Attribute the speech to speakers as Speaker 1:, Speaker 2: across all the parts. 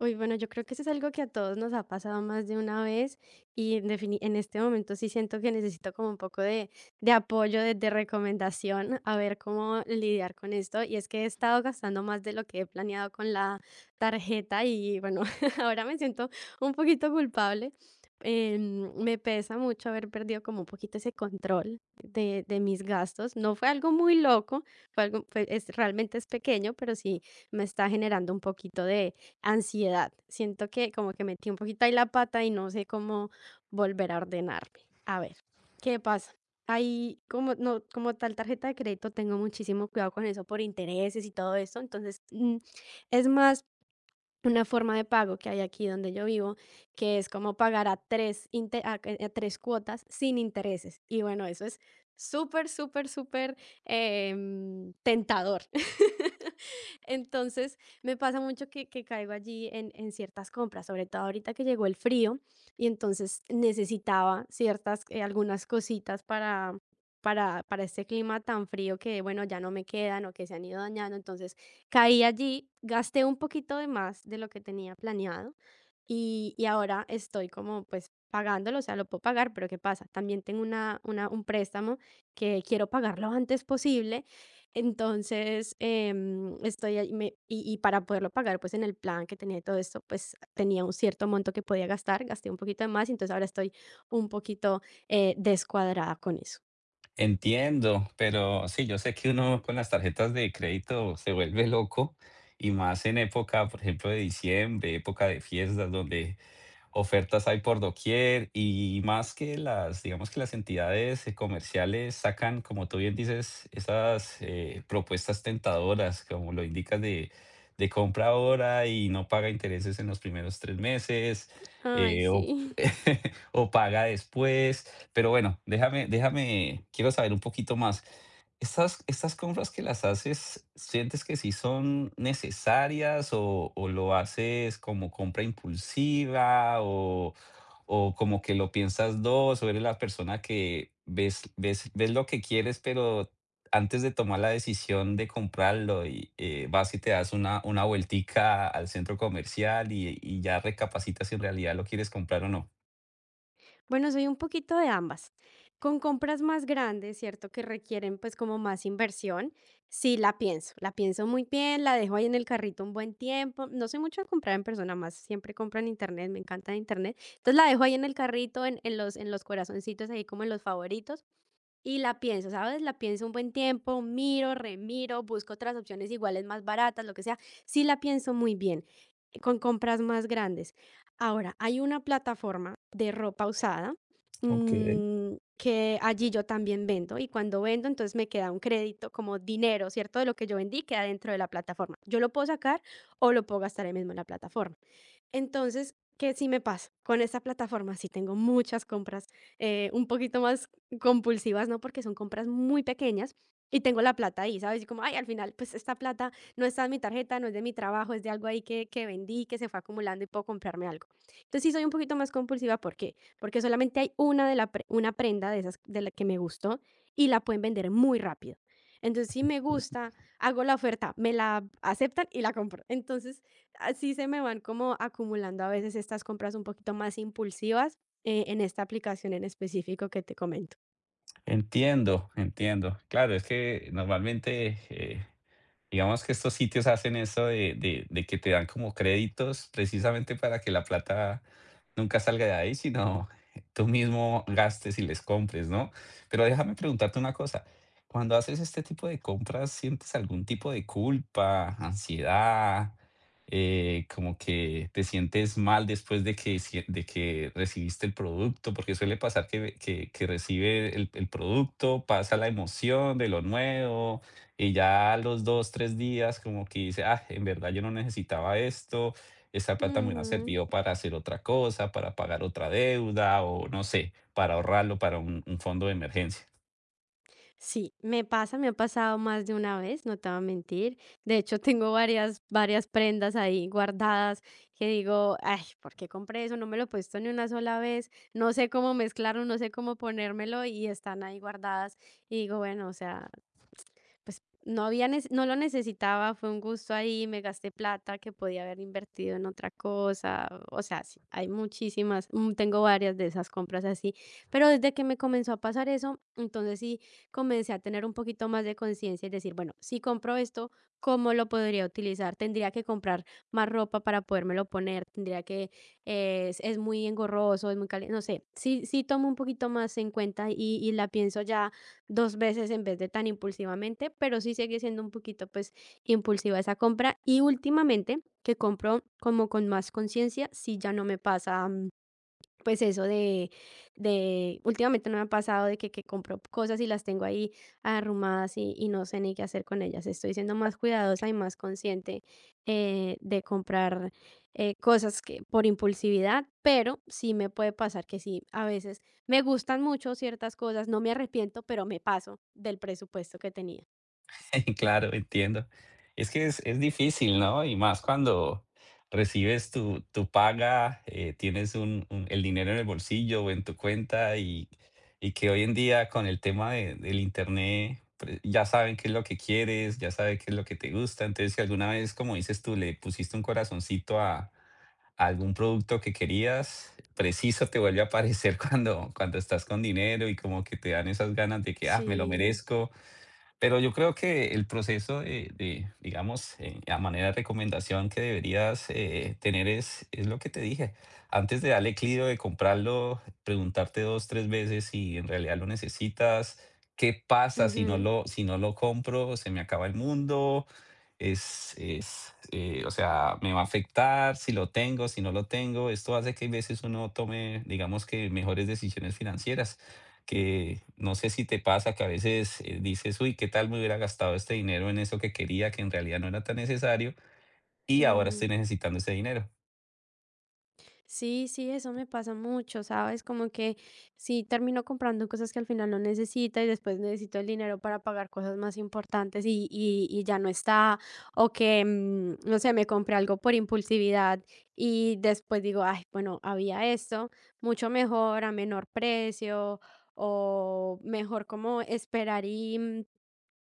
Speaker 1: Uy, bueno, yo creo que eso es algo que a todos nos ha pasado más de una vez y en este momento sí siento que necesito como un poco de apoyo, de recomendación, a ver cómo lidiar con esto. Y es que he estado gastando más de lo que he planeado con la tarjeta y bueno, ahora me siento un poquito culpable. Me pesa mucho haber perdido como un poquito ese control de mis gastos. No fue algo muy loco, fue algo, fue- es, realmente es pequeño, pero sí me está generando un poquito de ansiedad. Siento que como que metí un poquito ahí la pata y no sé cómo volver a ordenarme. A ver, ¿qué pasa? Ahí como no, como tal tarjeta de crédito tengo muchísimo cuidado con eso por intereses y todo eso, entonces, es más una forma de pago que hay aquí donde yo vivo, que es como pagar a 3 inte a que a 3 cuotas sin intereses. Y bueno, eso es súper, súper, súper, tentador. Entonces, me pasa mucho que caigo allí en ciertas compras, sobre todo ahorita que llegó el frío, y entonces necesitaba ciertas, algunas cositas para para este clima tan frío que, bueno, ya no me quedan o que se han ido dañando. Entonces caí allí, gasté un poquito de más de lo que tenía planeado y ahora estoy como, pues, pagándolo, o sea, lo puedo pagar, pero ¿qué pasa? También tengo una un préstamo que quiero pagar lo antes posible, entonces, estoy ahí me y para poderlo pagar, pues, en el plan que tenía y todo esto, pues, tenía un cierto monto que podía gastar, gasté un poquito de más, entonces ahora estoy un poquito, descuadrada con eso.
Speaker 2: Entiendo, pero sí, yo sé que uno con las tarjetas de crédito se vuelve loco y más en época, por ejemplo, de diciembre, época de fiestas, donde ofertas hay por doquier y más que las, digamos que las entidades comerciales sacan, como tú bien dices, esas propuestas tentadoras, como lo indicas, de compra ahora y no paga intereses en los primeros tres meses
Speaker 1: Ay,
Speaker 2: eh, o,
Speaker 1: sí.
Speaker 2: o paga después. Pero bueno, déjame, quiero saber un poquito más. ¿Estas compras que las haces, sientes que sí son necesarias o lo haces como compra impulsiva o como que lo piensas 2 o eres la persona que ves lo que quieres, pero antes de tomar la decisión de comprarlo y, vas y te das una vueltica al centro comercial y ya recapacitas si en realidad lo quieres comprar o no?
Speaker 1: Bueno, soy un poquito de ambas. Con compras más grandes, ¿cierto? Que requieren pues como más inversión. Sí, la pienso muy bien, la dejo ahí en el carrito un buen tiempo. No soy mucho de comprar en persona, más siempre compro en internet, me encanta internet. Entonces la dejo ahí en el carrito, en los corazoncitos, ahí como en los favoritos. Y la pienso, ¿sabes? La pienso un buen tiempo, miro, remiro, busco otras opciones iguales, más baratas, lo que sea. Sí la pienso muy bien, con compras más grandes. Ahora, hay una plataforma de ropa usada,
Speaker 2: Okey.
Speaker 1: que allí yo también vendo y cuando vendo, entonces me queda un crédito como dinero, ¿cierto? De lo que yo vendí queda dentro de la plataforma. Yo lo puedo sacar o lo puedo gastar ahí mismo en la plataforma. Entonces, ¿qué sí me pasa? Con esta plataforma sí tengo muchas compras, un poquito más compulsivas, ¿no? Porque son compras muy pequeñas y tengo la plata ahí, ¿sabes? Y como, ay, al final, pues esta plata no está en mi tarjeta, no es de mi trabajo, es de algo ahí que vendí, que se fue acumulando y puedo comprarme algo. Entonces sí soy un poquito más compulsiva, ¿por qué? Porque solamente hay una, una prenda de esas de la que me gustó y la pueden vender muy rápido. Entonces, si me gusta, hago la oferta, me la aceptan y la compro. Entonces, así se me van como acumulando a veces estas compras un poquito más impulsivas, en esta aplicación en específico que te comento.
Speaker 2: Entiendo, entiendo. Claro, es que normalmente, digamos que estos sitios hacen eso de que te dan como créditos precisamente para que la plata nunca salga de ahí, sino tú mismo gastes y les compres, ¿no? Pero déjame preguntarte una cosa, cuando haces este tipo de compras, ¿sientes algún tipo de culpa, ansiedad, como que te sientes mal después de que recibiste el producto? Porque suele pasar que que recibe el producto, pasa la emoción de lo nuevo. Y ya a los 2 3 días como que dice: "Ah, en verdad yo no necesitaba esto, esta plata me hubiera
Speaker 1: Ujú.
Speaker 2: servido para hacer otra cosa, para pagar otra deuda o no sé, para ahorrarlo para un fondo de emergencia".
Speaker 1: Sí, me pasa, me ha pasado más de una vez, no te voy a mentir. De hecho, tengo varias, varias prendas ahí guardadas que digo, ay, ¿por qué compré eso? No me lo he puesto ni una sola vez, no sé cómo mezclarlo, no sé cómo ponérmelo y están ahí guardadas. Y digo, bueno, o sea, pues no lo necesitaba, fue un gusto ahí, me gasté plata que podía haber invertido en otra cosa, o sea, sí, hay muchísimas, tengo varias de esas compras así, pero desde que me comenzó a pasar eso, entonces sí comencé a tener un poquito más de conciencia y decir, bueno, si compro esto, ¿cómo lo podría utilizar? Tendría que comprar más ropa para podérmelo poner, tendría que, es muy engorroso, es muy caliente, no sé, sí, sí tomo un poquito más en cuenta y la pienso ya dos veces en vez de tan impulsivamente, pero sí sigue siendo un poquito pues impulsiva esa compra y últimamente que compro como con más conciencia, sí ya no me pasa, pues eso de últimamente no me ha pasado de que compro cosas y las tengo ahí arrumadas y no sé ni qué hacer con ellas. Estoy siendo más cuidadosa y más consciente, de comprar, cosas que por impulsividad, pero sí me puede pasar que sí, a veces me gustan mucho ciertas cosas, no me arrepiento, pero me paso del presupuesto que tenía.
Speaker 2: Claro, entiendo. Es que es difícil, ¿no? Y más cuando recibes tu paga, tienes el dinero en el bolsillo o en tu cuenta y que hoy en día con el tema del internet ya saben qué es lo que quieres, ya saben qué es lo que te gusta. Entonces, si alguna vez, como dices tú, le pusiste un corazoncito a algún producto que querías, preciso te vuelve a aparecer cuando estás con dinero y como que te dan esas ganas de que, ah, me lo
Speaker 1: Sí.
Speaker 2: merezco, pero yo creo que el proceso de, digamos, a manera de recomendación que deberías tener es lo que te dije. Antes de darle clic o de comprarlo, preguntarte dos, tres veces si en realidad lo necesitas, qué pasa
Speaker 1: Ujú.
Speaker 2: si no lo compro, se me acaba el mundo. Es, o sea, me va a afectar si lo tengo, si no lo tengo. Esto hace que a veces uno tome, digamos que mejores decisiones financieras que no sé si te pasa que a veces dices, uy, ¿qué tal me hubiera gastado este dinero en eso que quería, que en realidad no era tan necesario, y ahora estoy
Speaker 1: Mm.
Speaker 2: necesitando ese dinero?
Speaker 1: Sí, sí, eso me pasa mucho, ¿sabes? Como que sí termino comprando cosas que al final no necesita y después necesito el dinero para pagar cosas más importantes y ya no está, o que, no sé, me compré algo por impulsividad y después digo, ay, bueno, había esto, mucho mejor, a menor precio, o mejor como esperar y...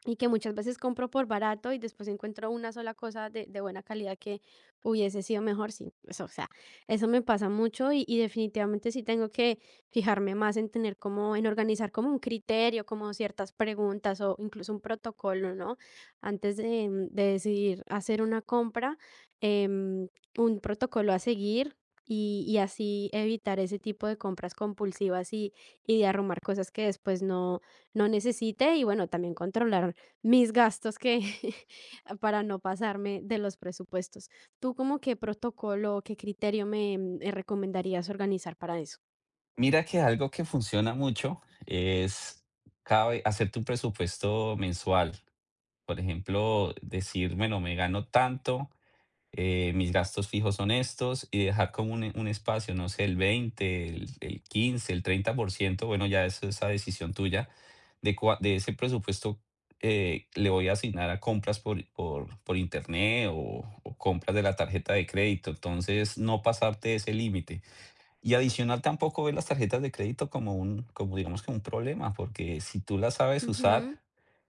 Speaker 1: y que muchas veces compro por barato y después encuentro una sola cosa de buena calidad que hubiese sido mejor, sí, eso o sea, eso me pasa mucho y definitivamente sí tengo que fijarme más en tener como, en organizar como un criterio, como ciertas preguntas o incluso un protocolo, ¿no? Antes de, de decidir hacer una compra, em, un protocolo a seguir. Y así evitar ese tipo de compras compulsivas y de arrumar cosas que después no, no necesite y bueno, también controlar mis gastos que para no pasarme de los presupuestos. ¿Tú como qué protocolo o qué criterio me, recomendarías organizar para eso?
Speaker 2: Mira que algo que funciona mucho es cada vez hacerte un presupuesto mensual. Por ejemplo, decir, bueno, me gano tanto, mis gastos fijos son estos, y dejar como un espacio, no sé, el 15, el 30%, bueno, ya eso es esa decisión tuya de ese presupuesto le voy a asignar a compras por internet o compras de la tarjeta de crédito. Entonces, no pasarte ese límite. Y adicional, tampoco ver las tarjetas de crédito como digamos que un problema, porque si tú las sabes
Speaker 1: Ujú.
Speaker 2: usar,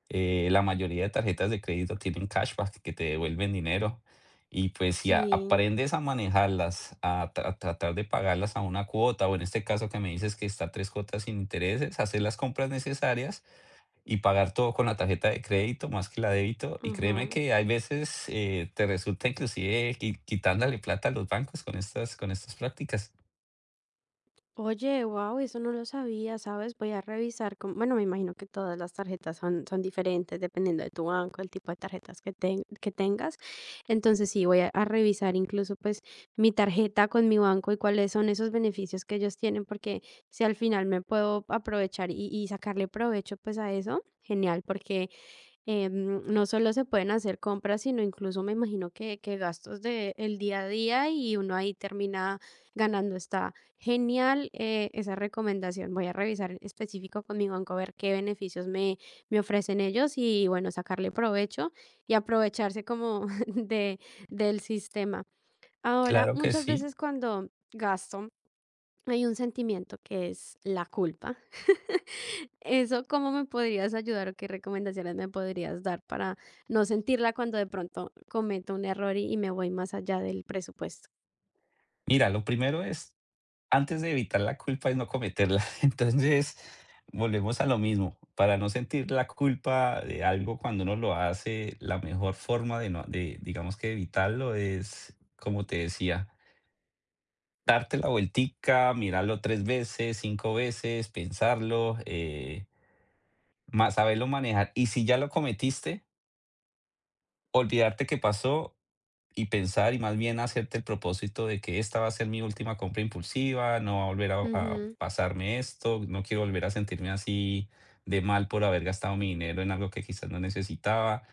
Speaker 2: la mayoría de tarjetas de crédito tienen cashback que te devuelven dinero. Y pues si
Speaker 1: Sí,
Speaker 2: aprendes a manejarlas, tratar de pagarlas a una cuota, o en este caso que me dices que está a tres cuotas sin intereses, hacer las compras necesarias y pagar todo con la tarjeta de crédito más que la débito. Y créeme
Speaker 1: ajá.
Speaker 2: que hay veces te resulta inclusive quitándole plata a los bancos con estas prácticas.
Speaker 1: Oye, wow, eso no lo sabía, ¿sabes? Voy a revisar con, bueno, me imagino que todas las tarjetas son, son diferentes dependiendo de tu banco, el tipo de tarjetas que tengas. Entonces sí, voy a revisar incluso pues mi tarjeta con mi banco y cuáles son esos beneficios que ellos tienen, porque si al final me puedo aprovechar y sacarle provecho pues a eso, genial, porque no solo se pueden hacer compras, sino incluso me imagino que gastos de el día a día y uno ahí termina ganando. Está genial, esa recomendación. Voy a revisar en específico con mi banco a ver qué beneficios me, me ofrecen ellos y bueno, sacarle provecho y aprovecharse como del sistema. Ahora,
Speaker 2: Claro que
Speaker 1: muchas
Speaker 2: sí.
Speaker 1: veces cuando gasto hay un sentimiento que es la culpa. Eso, ¿cómo me podrías ayudar o qué recomendaciones me podrías dar para no sentirla cuando de pronto cometo un error y me voy más allá del presupuesto?
Speaker 2: Mira, lo primero es, antes de evitar la culpa es no cometerla. Entonces, volvemos a lo mismo. Para no sentir la culpa de algo cuando uno lo hace, la mejor forma de, no, de digamos que evitarlo es, como te decía, darte la vueltica, mirarlo tres veces, cinco veces, pensarlo. Saberlo manejar. Y si ya lo cometiste, olvidarte que pasó y pensar y más bien hacerte el propósito de que esta va a ser mi última compra impulsiva, no va a volver a
Speaker 1: Ujú,
Speaker 2: pasarme esto, no quiero volver a sentirme así de mal por haber gastado mi dinero en algo que quizás no necesitaba.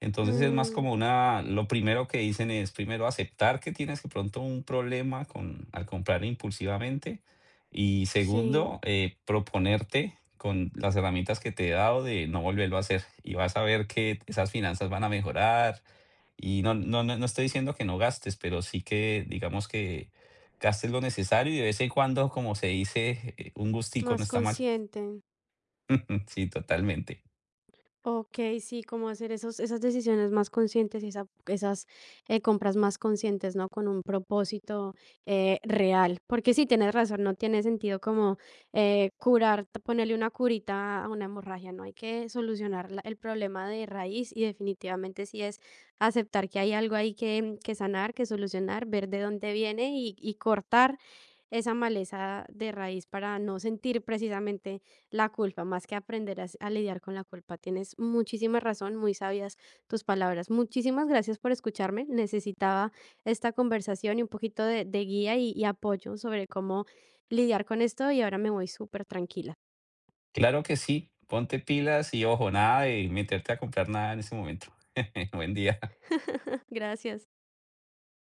Speaker 2: Entonces es más
Speaker 1: mm,
Speaker 2: como una, lo primero que dicen es primero aceptar que tienes de pronto un problema con, al comprar impulsivamente y
Speaker 1: sí,
Speaker 2: segundo, proponerte con las herramientas que te he dado de no volverlo a hacer y vas a ver que esas finanzas van a mejorar, y no estoy diciendo que no gastes, pero sí que, digamos que gastes lo necesario y de vez en cuando, como se dice, un gustico no
Speaker 1: más
Speaker 2: está mal.
Speaker 1: consciente.
Speaker 2: Sí, totalmente.
Speaker 1: Ok, sí, como hacer esos, esas decisiones más conscientes y esas, compras más conscientes, ¿no? Con un propósito, real. Porque sí, tienes razón, no tiene sentido como, ponerle una curita a una hemorragia, ¿no? Hay que solucionar el problema de raíz y definitivamente sí es aceptar que hay algo ahí que sanar, que solucionar, ver de dónde viene y cortar esa maleza de raíz para no sentir precisamente la culpa, más que aprender a lidiar con la culpa. Tienes muchísima razón, muy sabias tus palabras. Muchísimas gracias por escucharme. Necesitaba esta conversación y un poquito de guía y apoyo sobre cómo lidiar con esto y ahora me voy súper tranquila.
Speaker 2: Claro que sí, ponte pilas y ojo, nada de meterte a comprar nada en ese momento. Buen día.
Speaker 1: Gracias.